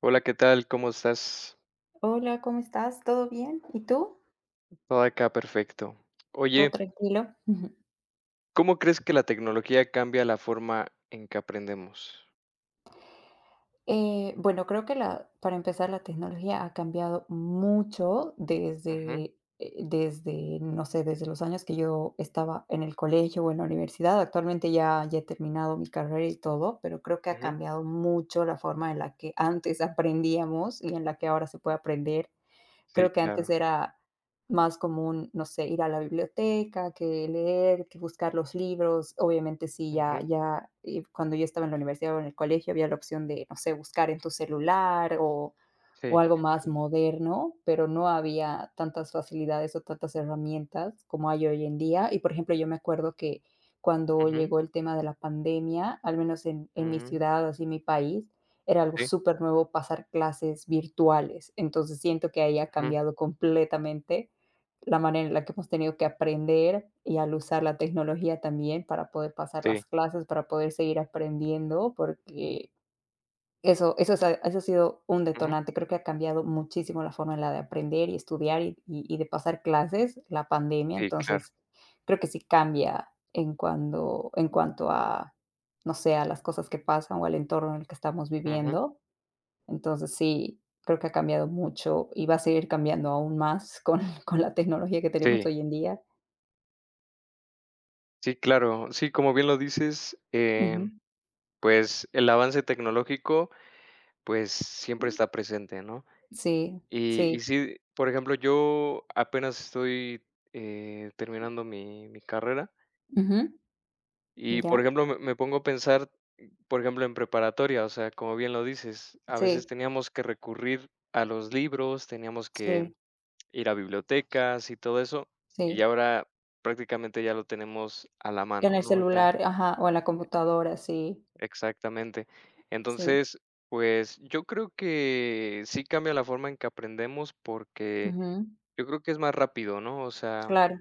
Hola, ¿qué tal? ¿Cómo estás? Hola, ¿cómo estás? ¿Todo bien? ¿Y tú? Todo acá perfecto. ¿Todo Oye, tranquilo? Ujú. ¿cómo crees que la tecnología cambia la forma en que aprendemos? Bueno, creo que para empezar, la tecnología ha cambiado mucho Ujú, desde, desde, no sé, desde los años que yo estaba en el colegio o en la universidad. Actualmente ya he terminado mi carrera y todo, pero creo que ha ujú. cambiado mucho la forma en la que antes aprendíamos y en la que ahora se puede aprender. Sí, Creo que antes claro. era más común, no sé, ir a la biblioteca, que leer, que buscar los libros. Obviamente, sí, Ujú, cuando yo estaba en la universidad o en el colegio, había la opción de, no sé, buscar en tu celular o sí. algo más moderno, pero no había tantas facilidades o tantas herramientas como hay hoy en día. Y, por ejemplo, yo me acuerdo que cuando Ujú, llegó el tema de la pandemia, al menos en mi mm, ciudad, así en mi país, era algo sí, súper nuevo pasar clases virtuales. Entonces, siento que ahí ha ujú, cambiado completamente la manera en la que hemos tenido que aprender y al usar la tecnología también para poder pasar sí, las clases, para poder seguir aprendiendo, porque eso eso es a eso ha sido un ujú, detonante. Creo que ha cambiado muchísimo la forma en la de aprender y estudiar y de pasar clases, la pandemia. sí, claro. Entonces, creo que sí cambia en cuanto a, no sé, a las cosas que pasan o al entorno en el que estamos Ujú, viviendo. Entonces, sí, creo que ha cambiado mucho y va a seguir cambiando aún más con con la tecnología que tenemos sí, hoy en día. sí, claro. Sí, como bien lo dices, Ujú. pues, el avance tecnológico, pues, siempre está presente, ¿no? Sí, Y sí. y sí, por ejemplo, yo apenas estoy, terminando mi carrera. Ujú. Y, por Ya. ejemplo, me pongo a pensar, por ejemplo, en preparatoria, o sea, como bien lo dices, a veces Sí, teníamos que recurrir a los libros, teníamos que sí, ir a bibliotecas y todo eso, y sí. ahora prácticamente ya lo tenemos a la En mano, el ¿no? Ya, celular, ajá, o en la computadora, sí, exactamente. sí, Entonces, pues, yo creo que sí cambia la forma en que aprendemos porque ujú, yo creo que es más rápido, ¿no? O sea, claro,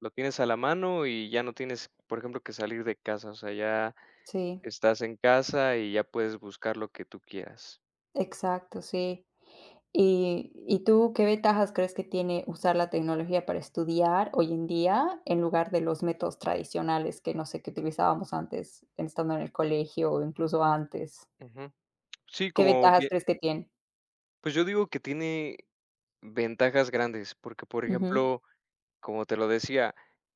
lo tienes a la mano y ya no tienes, por ejemplo, que salir de casa, o sea, ya sí, estás en casa y ya puedes buscar lo que tú quieras. exacto, sí. ¿Y tú qué ventajas crees que tiene usar la tecnología para estudiar hoy en día, en lugar de los métodos tradicionales que, no sé, que utilizábamos antes, estando en el colegio o incluso antes? Ujú. Sí, ¿Qué como ventajas bien crees que tiene? pues yo digo que tiene ventajas grandes, porque, por Ujú, ejemplo, como te lo decía,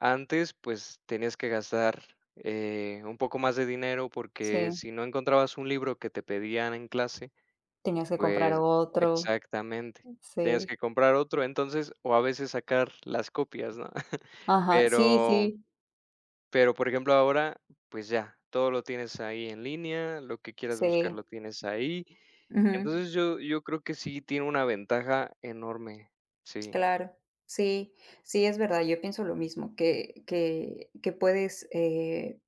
antes, pues, tenías que gastar, un poco más de dinero, porque sí, si no encontrabas un libro que te pedían en clase, tenías que comprar pues otro, exactamente, tenías que sí, comprar otro, entonces, o a veces sacar las copias, ¿no? ajá, sí, Pero sí, Pero, por ejemplo, ahora, pues ya, todo lo tienes ahí en línea, lo que quieras buscar lo sí, tienes ahí. ujú. Entonces, yo creo que sí tiene una ventaja enorme. Sí. Claro, sí, sí, es verdad, yo pienso lo mismo, que que puedes, eh,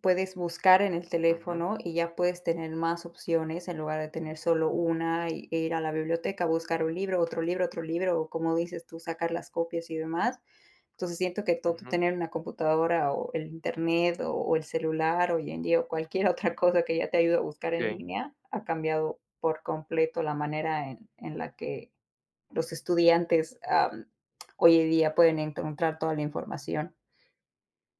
puedes buscar en el Ujú, teléfono y ya puedes tener más opciones en lugar de tener solo una, y ir a la biblioteca, buscar un libro, otro libro, otro libro, o como dices tú, sacar las copias y demás. Entonces, siento que todo ujú. tener una computadora, o el internet, o el celular hoy en día, o cualquier otra cosa que ya te ayude a buscar en Sí, línea, ha cambiado por completo la manera en la que los estudiantes hoy en día pueden encontrar toda la información.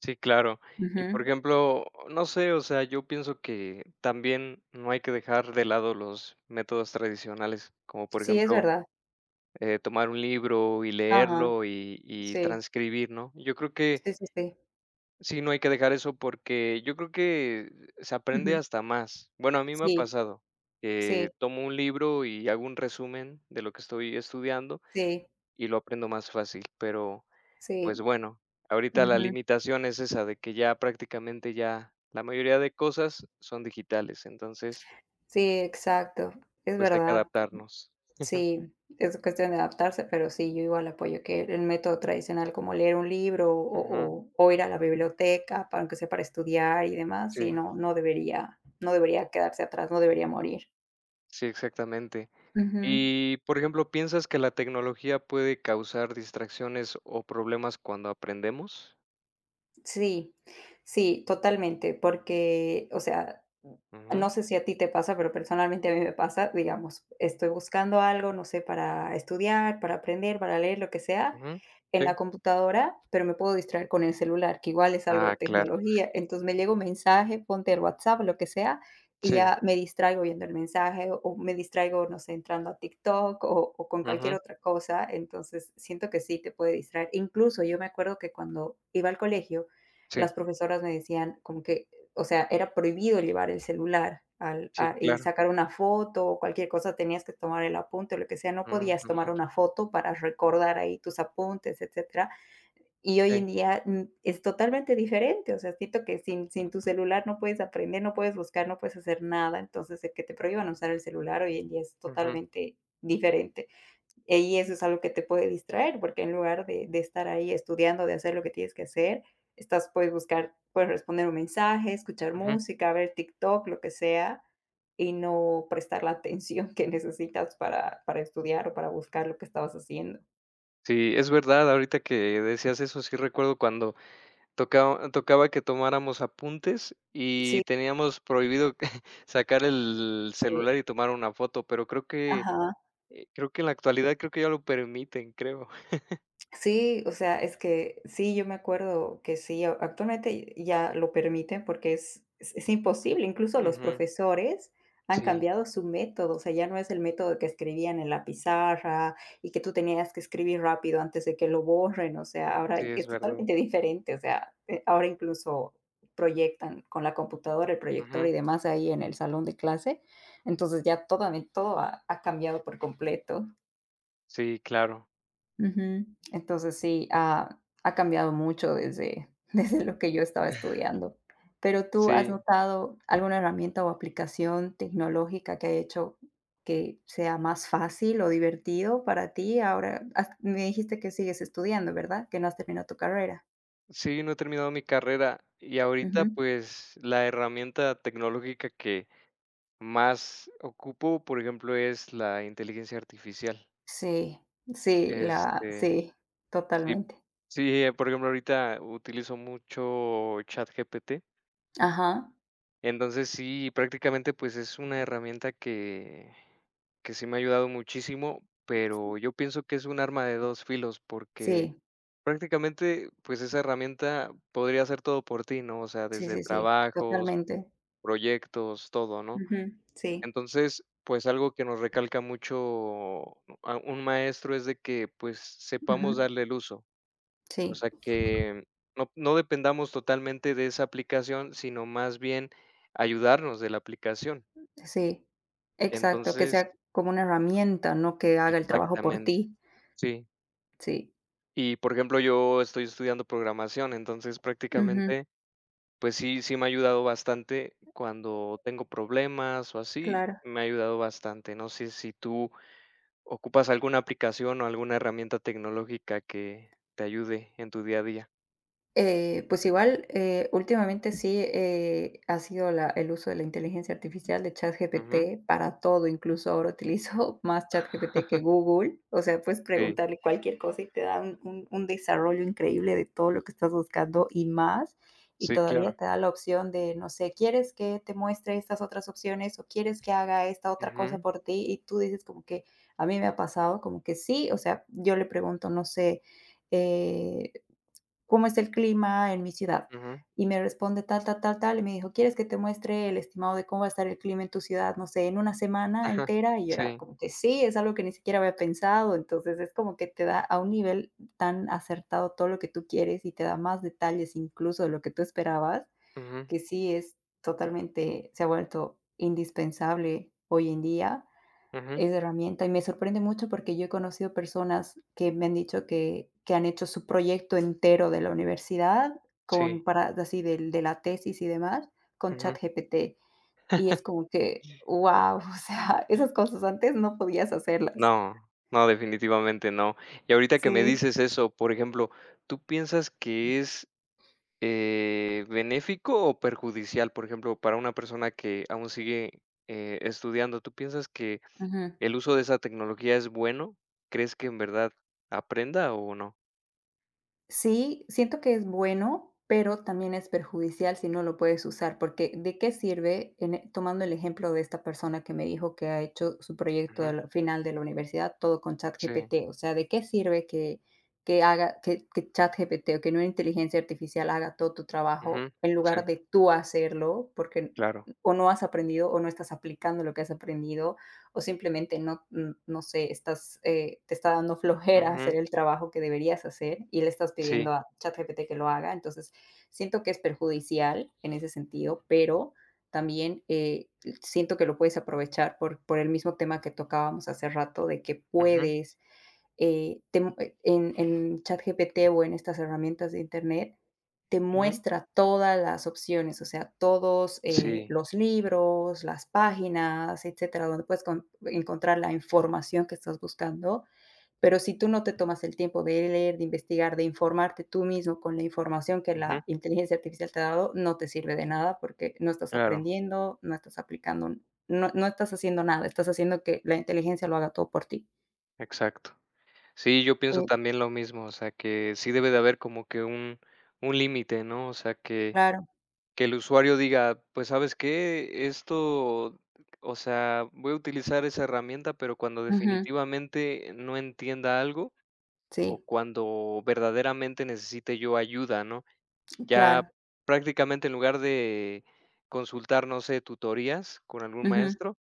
sí, claro. Y, por Ujú. ejemplo, no sé, o sea, yo pienso que también no hay que dejar de lado los métodos tradicionales, como, por Sí, es ejemplo, verdad. Tomar un libro y Ajá, leerlo y sí, transcribir, ¿no? Yo creo que sí, sí, sí. Sí, no hay que dejar eso porque yo creo que se aprende Ujú. hasta más. Bueno, a mí me ha Sí, pasado que sí, tomo un libro y hago un resumen de lo que estoy estudiando sí, y lo aprendo más fácil, pero pues sí. bueno, ahorita la Ujú. limitación es esa de que ya prácticamente ya la mayoría de cosas son digitales, entonces Sí, exacto, es pues hay que verdad. adaptarnos. Sí, es cuestión de adaptarse, pero sí, yo igual apoyo que el método tradicional como leer un libro Ujú, o o ir a la biblioteca, para aunque sea para estudiar y demás, sí, sí, no debería quedarse atrás, no debería morir. sí, exactamente. Ujú. Y, por ejemplo, ¿piensas que la tecnología puede causar distracciones o problemas cuando aprendemos? Sí, sí, totalmente, porque, o sea, Ujú, no sé si a ti te pasa, pero personalmente a mí me pasa, digamos, estoy buscando algo, no sé, para estudiar, para aprender, para leer, lo que sea, ujú, en sí. la computadora, pero me puedo distraer con el celular, que igual es algo de Ah, claro, tecnología. Entonces me llega un mensaje, ponte el WhatsApp, lo que sea, y sí, ya me distraigo viendo el mensaje o me distraigo, no sé, entrando a TikTok o con cualquier ujú, otra cosa. Entonces siento que sí te puede distraer. Incluso yo me acuerdo que cuando iba al colegio, sí, las profesoras me decían como que, o sea, era prohibido llevar el celular al sí, a y claro, sacar una foto o cualquier cosa, tenías que tomar el apunte o lo que sea, no mm, podías ujú, tomar una foto para recordar ahí tus apuntes, etcétera. Y hoy sí, en día, es totalmente diferente, o sea, siento que sin tu celular no puedes aprender, no puedes buscar, no puedes hacer nada, entonces, el que te prohíban usar el celular hoy en día es ujú, totalmente diferente. Y eso es algo que te puede distraer, porque en lugar de estar ahí estudiando, de hacer lo que tienes que hacer, estás puedes buscar, puedes responder un mensaje, escuchar ujú. música, ver TikTok, lo que sea, y no prestar la atención que necesitas para estudiar o para buscar lo que estabas haciendo. Sí, es verdad, ahorita que decías eso, sí recuerdo cuando tocaba que tomáramos apuntes y Sí, teníamos prohibido sacar el sí. celular y tomar una foto, pero creo que, Ajá. eh, creo que en la actualidad creo que ya lo permiten, creo. Sí, o sea, es que sí, yo me acuerdo que sí, actualmente ya lo permiten porque es imposible, incluso los Ujú, profesores han sí, cambiado su método, o sea, ya no es el método que escribían en la pizarra y que tú tenías que escribir rápido antes de que lo borren, o sea, ahora sí, es es verdad. totalmente diferente, o sea, ahora incluso proyectan con la computadora, el proyector Ujú, y demás ahí en el salón de clase, entonces ya todo, todo ha cambiado por completo. sí, claro, Ujú. Entonces sí, ha cambiado mucho desde desde lo que yo estaba estudiando. Pero, ¿tú has sí. notado alguna herramienta o aplicación tecnológica que ha hecho que sea más fácil o divertido para ti? Ahora has me dijiste que sigues estudiando, ¿verdad? Que no has terminado tu carrera. Sí, no he terminado mi carrera y ahorita, Ujú. pues, la herramienta tecnológica que más ocupo, por ejemplo, es la inteligencia artificial. Sí, sí, la Este, sí, sí, totalmente. sí, por ejemplo, ahorita utilizo mucho ChatGPT. Ajá. Entonces, sí, prácticamente, pues, es una herramienta que sí me ha ayudado muchísimo, pero yo pienso que es un arma de dos filos, porque Sí, prácticamente, pues, esa herramienta podría hacer todo por ti, ¿no? O sea, sí, desde sí, sí, trabajos, totalmente. proyectos, todo, ¿no? Ujú, sí, Entonces, pues algo que nos recalca mucho a un maestro es de que, pues, sepamos ujú, darle el uso, o sí. sea, que no dependamos totalmente de esa aplicación, sino más bien ayudarnos de la aplicación. Sí, exacto, que Entonces sea como una herramienta, no que haga el trabajo por exactamente, ti. sí. Sí. Y, por ejemplo, yo estoy estudiando programación, entonces Ujú, prácticamente, pues sí, sí me ha ayudado bastante cuando tengo problemas o así, claro. me ha ayudado bastante. No sé si tú ¿Ocupas alguna aplicación o alguna herramienta tecnológica que te ayude en tu día a día? Pues igual, últimamente sí ha sido la el uso de la inteligencia artificial de Ujú. ChatGPT para todo, incluso ahora utilizo más ChatGPT que Google, o sea, puedes Sí, preguntarle cualquier cosa y te da un desarrollo increíble de todo lo que estás buscando y más, y sí, todavía claro. te da la opción de, no sé, ¿quieres que te muestre estas otras opciones o quieres que haga esta otra cosa Ujú, por ti? Y tú dices como que a mí me ha pasado como que sí, o sea, yo le pregunto, no sé, eh ¿cómo es el clima en mi ciudad? ujú. Y me responde tal, tal, tal, tal, y me dijo: "¿Quieres que te muestre el estimado de cómo va a estar el clima en tu ciudad, no sé, en una semana Ajá. entera?". Y yo era Sí. como que sí, es algo que ni siquiera había pensado, entonces es como que te da a un nivel tan acertado todo lo que tú quieres y te da más detalles incluso de lo que tú esperabas, Ujú, que sí es totalmente se ha vuelto indispensable hoy en día ujú. es herramienta y me sorprende mucho porque yo he conocido personas que me han dicho que han hecho su proyecto entero de la universidad Sí. con para así del de la tesis y demás con Ujú. ChatGPT. Y es como que, wow o sea, esas cosas antes no podías hacerlas. No, no, definitivamente no. Y ahorita que me Sí, dices eso, por ejemplo, ¿tú piensas que es, benéfico o perjudicial? Por ejemplo, para una persona que aún sigue, estudiando, ¿tú piensas que ujú. el uso de esa tecnología es bueno? ¿Crees que en verdad aprenda o no? Sí, siento que es bueno, pero también es perjudicial si no lo puedes usar, porque ¿de qué sirve? En tomando el ejemplo de esta persona que me dijo que ha hecho su proyecto Ujú, de final de la universidad todo con sí, ChatGPT, o sea, ¿de qué sirve que haga que ChatGPT o que una inteligencia artificial haga todo tu trabajo ujú, en sí, lugar de tú hacerlo, porque claro. o no has aprendido o no estás aplicando lo que has aprendido o simplemente no, no sé, te está dando flojera hacer Ujú, el trabajo que deberías hacer y le estás sí, pidiendo a ChatGPT que lo haga. Entonces, siento que es perjudicial en ese sentido, pero también siento que lo puedes aprovechar por el mismo tema que tocábamos hace rato, de que ujú, puedes te mu en ChatGPT o en estas herramientas de Internet, te ujú, muestra todas las opciones, o sea, todos, sí, los libros, las páginas, etcétera, donde puedes con encontrar la información que estás buscando, pero si tú no te tomas el tiempo de leer, de investigar, de informarte tú mismo con la información que ujú, la inteligencia artificial te ha dado, no te sirve de nada porque no estás claro, aprendiendo, no estás aplicando, no estás haciendo nada, estás haciendo que la inteligencia lo haga todo por ti. exacto. Sí, yo pienso Mm, también lo mismo, o sea, que sí debe de haber como que un límite, ¿no? O sea, que claro. que el usuario diga, pues, ¿sabes qué? Esto, o sea, voy a utilizar esa herramienta, pero cuando Ujú, definitivamente no entienda algo o sí, cuando verdaderamente necesite yo ayuda, ¿no? Ya claro. prácticamente en lugar de consultar, no sé, tutorías con algún Ujú, maestro,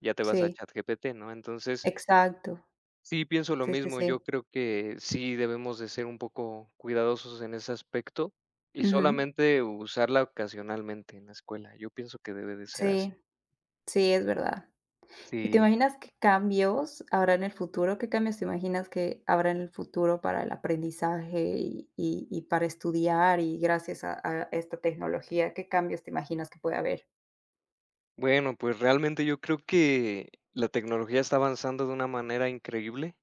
ya te vas a sí, ChatGPT, ¿no? Entonces, exacto. sí pienso lo Sí, sí, mismo, sí. yo creo que sí debemos de ser un poco cuidadosos en ese aspecto y Ujú, solamente usarla ocasionalmente en la escuela. Yo pienso que debe de ser sí, así. sí, es verdad. ¿Y te Sí. imaginas qué cambios habrá en el futuro? ¿Qué cambios te imaginas que habrá en el futuro para el aprendizaje y para estudiar y gracias a esta tecnología? ¿Qué cambios te imaginas que puede haber? Bueno, pues realmente yo creo que la tecnología está avanzando de una manera increíble.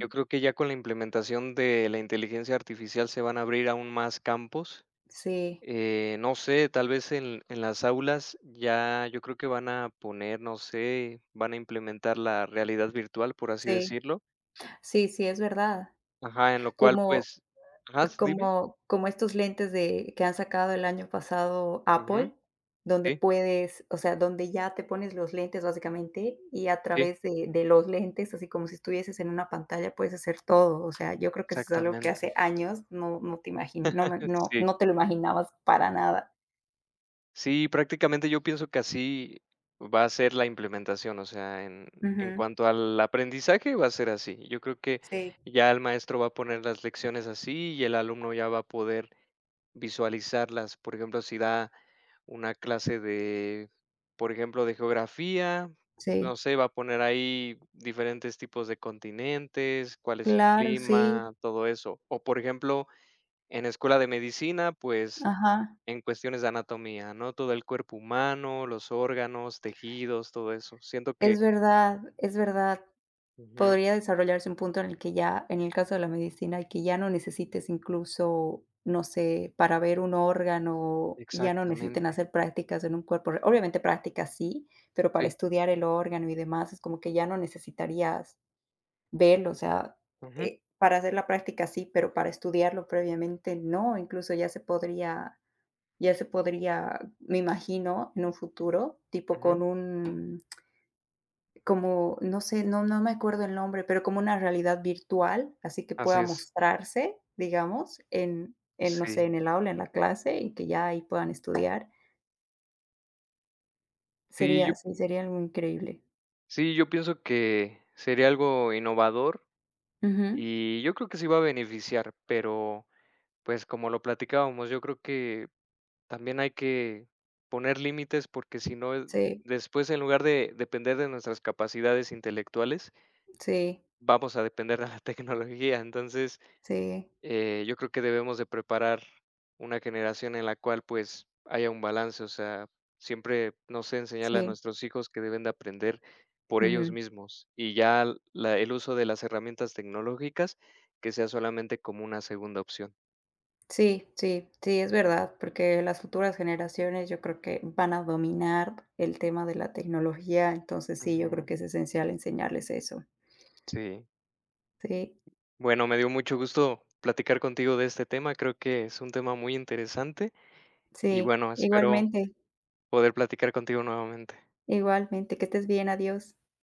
Yo creo que ya con la implementación de la inteligencia artificial se van a abrir aún más campos. sí, No sé, tal vez en las aulas ya yo creo que van a poner, no sé, van a implementar la realidad virtual, por así sí, decirlo. sí, sí, es verdad. Ajá, en lo cual Como pues, ajá, dime. como estos lentes de que han sacado el año pasado Ujú, Apple, donde sí, puedes, o sea, donde ya te pones los lentes básicamente, y a sí, través de los lentes, así como si estuvieses en una pantalla, puedes hacer todo. O sea, yo creo que eso es algo que hace exactamente. años no Sí, no te lo imaginabas para nada. sí, prácticamente yo pienso que así va a ser la implementación, o sea, en Ujú. cuanto al aprendizaje va a ser así. Yo creo que Sí. ya el maestro va a poner las lecciones así y el alumno ya va a poder visualizarlas, por ejemplo, si da una clase de, por ejemplo, de geografía, no Sí, sé, va a poner ahí diferentes tipos de continentes, cuál es su claro, clima, sí. todo eso. O, por ejemplo, en escuela de medicina, pues Ajá. en cuestiones de anatomía, ¿no? Todo el cuerpo humano, los órganos, tejidos, todo eso. Siento que Es verdad, es verdad. Ujú, Podría desarrollarse un punto en el que ya, en el caso de la medicina, y que ya no necesites incluso, no sé, para ver un órgano, ya no necesiten exactamente. hacer prácticas en un cuerpo. Obviamente prácticas sí, pero para Sí. estudiar el órgano y demás, es como que ya no necesitarías verlo, o sea, Ujú, para hacer la práctica sí, pero para estudiarlo previamente no, incluso ya se podría, me imagino, en un futuro, tipo ujú. con un como, no sé, no me acuerdo el nombre, pero como una realidad virtual, así que Así pueda es. mostrarse, digamos, no sé, en Sí. el aula, en la clase, y que ya ahí puedan estudiar. Sí, yo Sería sí, sería algo increíble. Sí, yo pienso que sería algo innovador Ujú. y yo creo que sí va a beneficiar, pero pues como lo platicábamos, yo creo que también hay que poner límites porque si no, Sí, después en lugar de depender de nuestras capacidades intelectuales, sí, vamos a depender de la tecnología. Entonces, sí, yo creo que debemos de preparar una generación en la cual, pues, haya un balance, o sea, siempre, no sé, enseñarle a sí. nuestros hijos que deben de aprender por ellos Ujú. mismos y ya l- la el uso de las herramientas tecnológicas que sea solamente como una segunda opción. Sí, sí, sí, es verdad, porque las futuras generaciones yo creo que van a dominar el tema de la tecnología, entonces sí, yo creo Ujú, que es esencial enseñarles eso. sí. Sí, Bueno, me dio mucho gusto platicar contigo de este tema, creo que es un tema muy interesante y sí, bueno, espero igualmente. poder platicar contigo nuevamente. Igualmente, que estés bien, adiós.